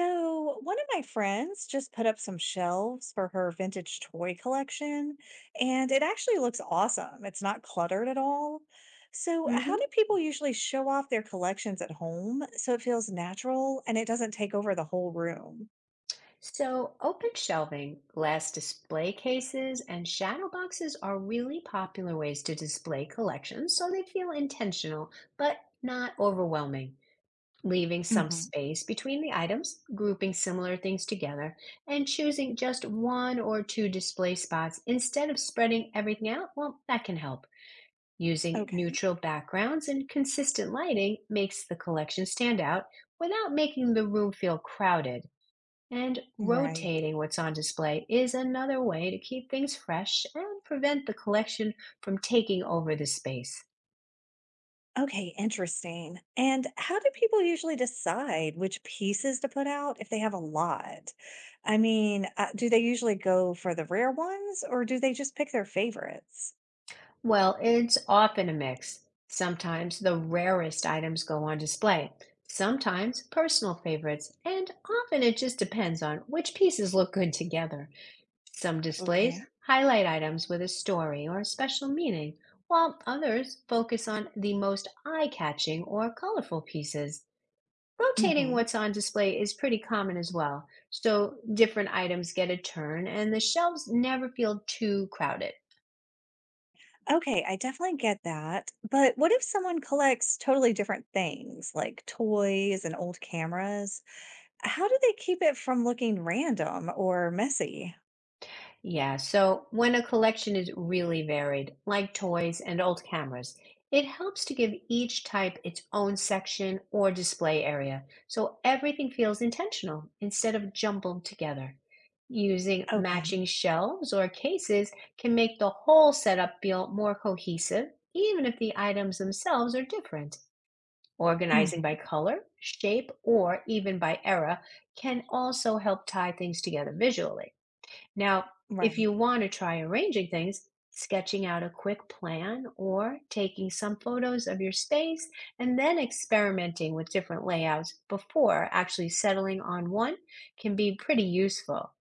So, one of my friends just put up some shelves for her vintage toy collection, and it actually looks awesome. It's not cluttered at all. So, how do hmm people usually show off their collections at home so it feels natural and it doesn't take over the whole room? So, open shelving, glass display cases, and shadow boxes are really popular ways to display collections so they feel intentional but not overwhelming. Leaving some Hmm. space between the items, grouping similar things together, and choosing just one or two display spots instead of spreading everything out, well, that can help. Using Okay. neutral backgrounds and consistent lighting makes the collection stand out without making the room feel crowded. And Right. rotating what's on display is another way to keep things fresh and prevent the collection from taking over the space. Okay, interesting. And how do people usually decide which pieces to put out if they have a lot? I mean, do they usually go for the rare ones or do they just pick their favorites? Well, it's often a mix. Sometimes the rarest items go on display, sometimes personal favorites, and often it just depends on which pieces look good together. Some displays Okay. highlight items with a story or special meaning, while others focus on the most eye catching or colorful pieces. Rotating Mhm. what's on display is pretty common as well, so different items get a turn and the shelves never feel too crowded. Okay, I definitely get that, but what if someone collects totally different things, like toys and old cameras? How do they keep it from looking random or messy? Yeah, so when a collection is really varied, like toys and old cameras, it helps to give each type its own section or display area so everything feels intentional instead of jumbled together. Using Okay. matching shelves or cases can make the whole setup feel more cohesive, even if the items themselves are different. Organizing Mhm. by color, shape, or even by era can also help tie things together visually. Now, if Right. you want to try arranging things, sketching out a quick plan or taking some photos of your space and then experimenting with different layouts before actually settling on one can be pretty useful.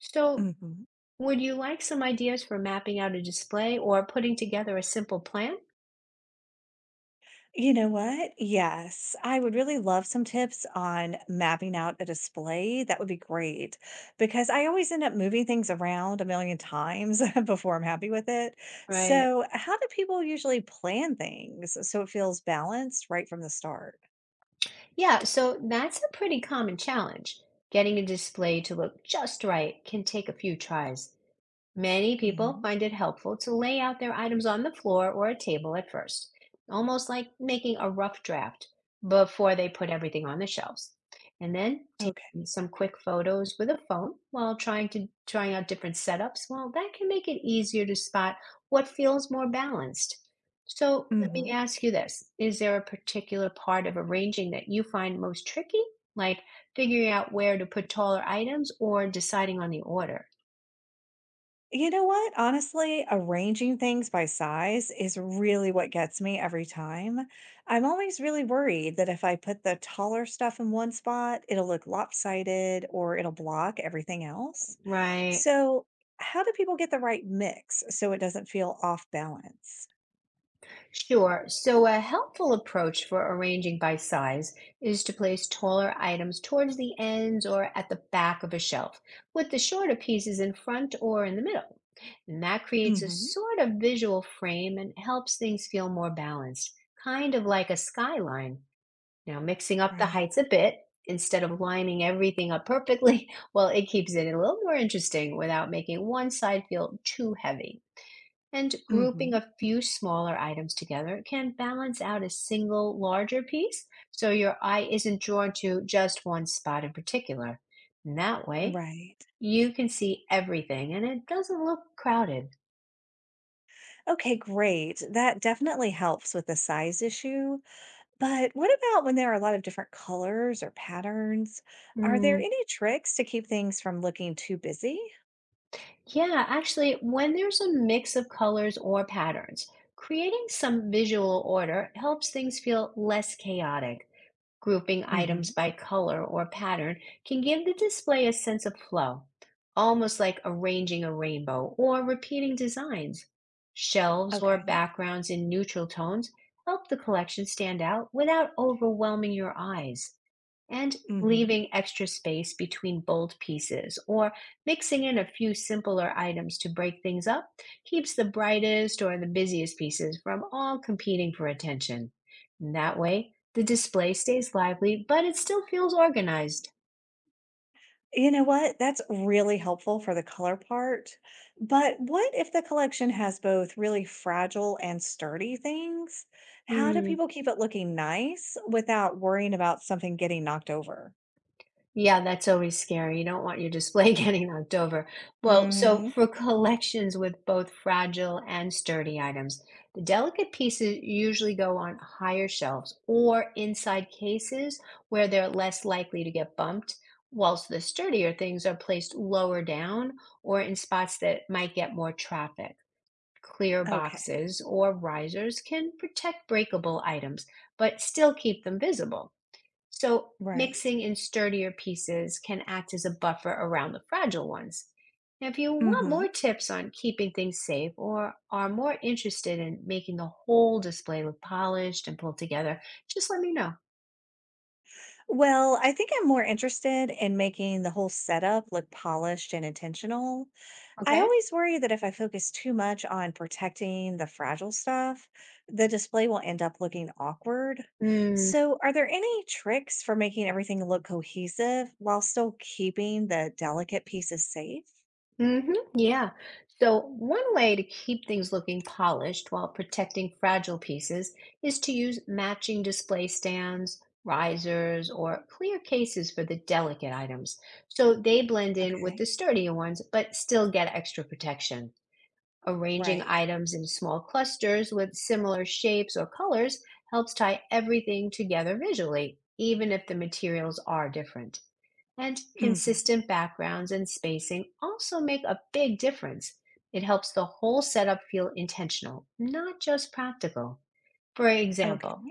So, Mhm. would you like some ideas for mapping out a display or putting together a simple plan? You know what? Yes, I would really love some tips on mapping out a display. That would be great because I always end up moving things around a million times before I'm happy with it. Right. So, how do people usually plan things so it feels balanced right from the start? Yeah, so that's a pretty common challenge. Getting a display to look just right can take a few tries. Many people Mhm. find it helpful to lay out their items on the floor or a table at first, almost like making a rough draft before they put everything on the shelves. And then Okay. taking some quick photos with a phone while trying out different setups, well, that can make it easier to spot what feels more balanced. So let me Hmm. ask you this. Is there a particular part of arranging that you find most tricky? Like figuring out where to put taller items or deciding on the order? You know what? Honestly, arranging things by size is really what gets me every time. I'm always really worried that if I put the taller stuff in one spot, it'll look lopsided or it'll block everything else. Right. So, how do people get the right mix so it doesn't feel off balance? Sure. So, a helpful approach for arranging by size is to place taller items towards the ends or at the back of a shelf, with the shorter pieces in front or in the middle. And that creates a Hmm. sort of visual frame and helps things feel more balanced, kind of like a skyline. Now, mixing up the Right. heights a bit instead of lining everything up perfectly, well, it keeps it a little more interesting without making one side feel too heavy. And grouping Hmm. a few smaller items together can balance out a single larger piece so your eye isn't drawn to just one spot in particular. And that way, Right. you can see everything and it doesn't look crowded. Okay, great. That definitely helps with the size issue. But what about when there are a lot of different colors or patterns? Are there Mm, any tricks to keep things from looking too busy? yeah, actually, when there's a mix of colors or patterns, creating some visual order helps things feel less chaotic. Grouping items Mhm. by color or pattern can give the display a sense of flow, almost like arranging a rainbow or repeating designs. Shelves or Okay. backgrounds in neutral tones help the collection stand out without overwhelming your eyes and Mhm. leaving extra space between bold pieces or mixing in a few simpler items to break things up keeps the brightest or the busiest pieces from all competing for attention. And that way, the display stays lively, but it still feels organized. You know what? That's really helpful for the color part. But what if the collection has both really fragile and sturdy things? How do Hmm, people keep it looking nice without worrying about something getting knocked over? Yeah, that's always scary. You don't want your display getting knocked over. Well, so Mhm. for collections with both fragile and sturdy items, the delicate pieces usually go on higher shelves or inside cases where they're less likely to get bumped, whilst the sturdier things are placed lower down or in spots that might get more traffic. Clear Okay. boxes or risers can protect breakable items, but still keep them visible. So, Right. mixing in sturdier pieces can act as a buffer around the fragile ones. Now, if you want Mhm. more tips on keeping things safe or are more interested in making the whole display look polished and pulled together, just let me know, Well, I think I'm more interested in making the whole setup look polished and intentional. I okay? always worry that if I focus too much on protecting the fragile stuff, the display will end up looking awkward. Mm, So, are there any tricks for making everything look cohesive while still keeping the delicate pieces safe? Yeah. So, one way to keep things looking polished while protecting fragile pieces is to use matching display stands, risers, or clear cases for the delicate items. So they blend in with Okay, the sturdier ones, but still get extra protection. Arranging right. items in small clusters with similar shapes or colors helps tie everything together visually, even if the materials are different. And Hmm. consistent backgrounds and spacing also make a big difference. It helps the whole setup feel intentional, not just practical. For Okay. example,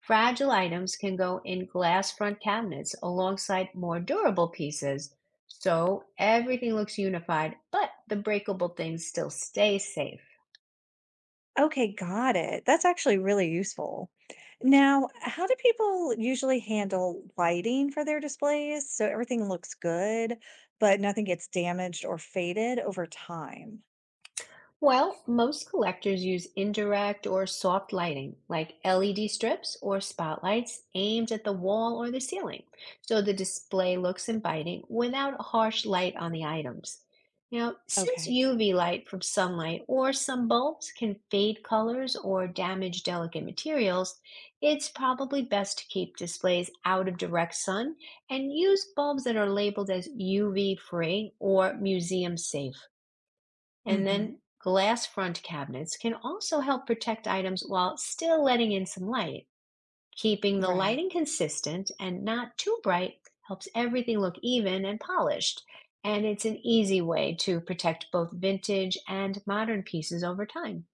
fragile items can go in glass front cabinets alongside more durable pieces, so everything looks unified, but the breakable things still stay safe. Okay, got it. That's actually really useful. Now, how do people usually handle lighting for their displays so everything looks good, but nothing gets damaged or faded over time? Well, most collectors use indirect or soft lighting, like LED strips or spotlights aimed at the wall or the ceiling, so the display looks inviting without harsh light on the items. Now, since Okay. UV light from sunlight or some bulbs can fade colors or damage delicate materials, it's probably best to keep displays out of direct sun and use bulbs that are labeled as UV free or museum safe. And then Hmm. glass front cabinets can also help protect items while still letting in some light. Keeping the Right. lighting consistent and not too bright helps everything look even and polished. And it's an easy way to protect both vintage and modern pieces over time.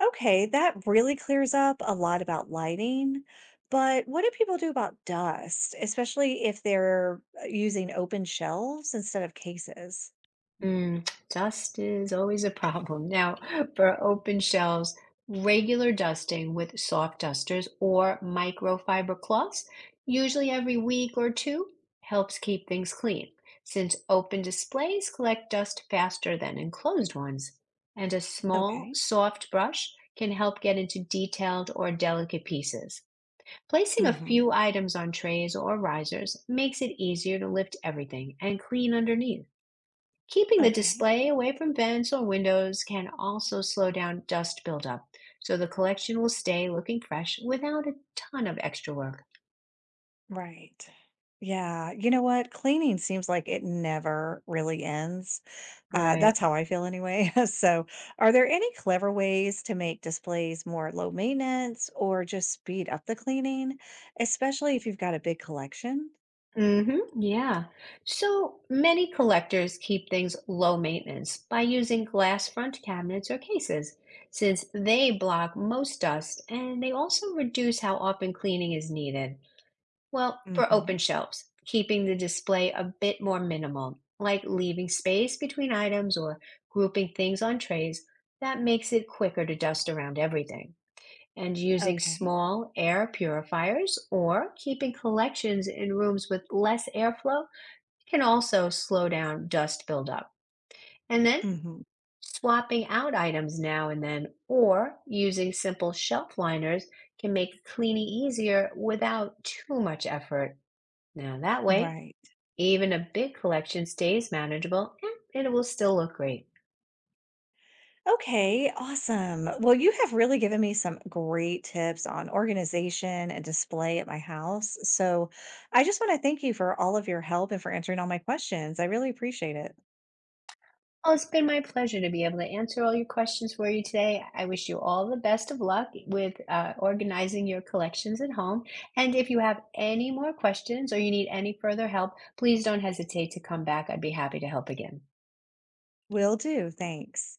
Okay, that really clears up a lot about lighting. But what do people do about dust, especially if they're using open shelves instead of cases? Mm, dust is always a problem. Now, for open shelves, regular dusting with soft dusters or microfiber cloths, usually every week or two, helps keep things clean, since open displays collect dust faster than enclosed ones. And a small, Okay. soft brush can help get into detailed or delicate pieces. Placing a Hmm. few items on trays or risers makes it easier to lift everything and clean underneath. Keeping the Okay. display away from vents or windows can also slow down dust buildup, so the collection will stay looking fresh without a ton of extra work. Right. Yeah. You know what? Cleaning seems like it never really ends. Right. That's how I feel anyway. So, are there any clever ways to make displays more low maintenance or just speed up the cleaning, especially if you've got a big collection? Mm-hmm. Yeah. So many collectors keep things low maintenance by using glass front cabinets or cases, since they block most dust and they also reduce how often cleaning is needed. Well, for open Hmm. shelves, keeping the display a bit more minimal, like leaving space between items or grouping things on trays, that makes it quicker to dust around everything. And using Okay. small air purifiers or keeping collections in rooms with less airflow can also slow down dust buildup. And then Hmm. swapping out items now and then or using simple shelf liners can make cleaning easier without too much effort. Now, that way, Right. even a big collection stays manageable and it will still look great. Okay, awesome. Well, you have really given me some great tips on organization and display at my house. So I just want to thank you for all of your help and for answering all my questions. I really appreciate it. Well, it's been my pleasure to be able to answer all your questions for you today. I wish you all the best of luck with organizing your collections at home. And if you have any more questions or you need any further help, please don't hesitate to come back. I'd be happy to help again. Will do. Thanks.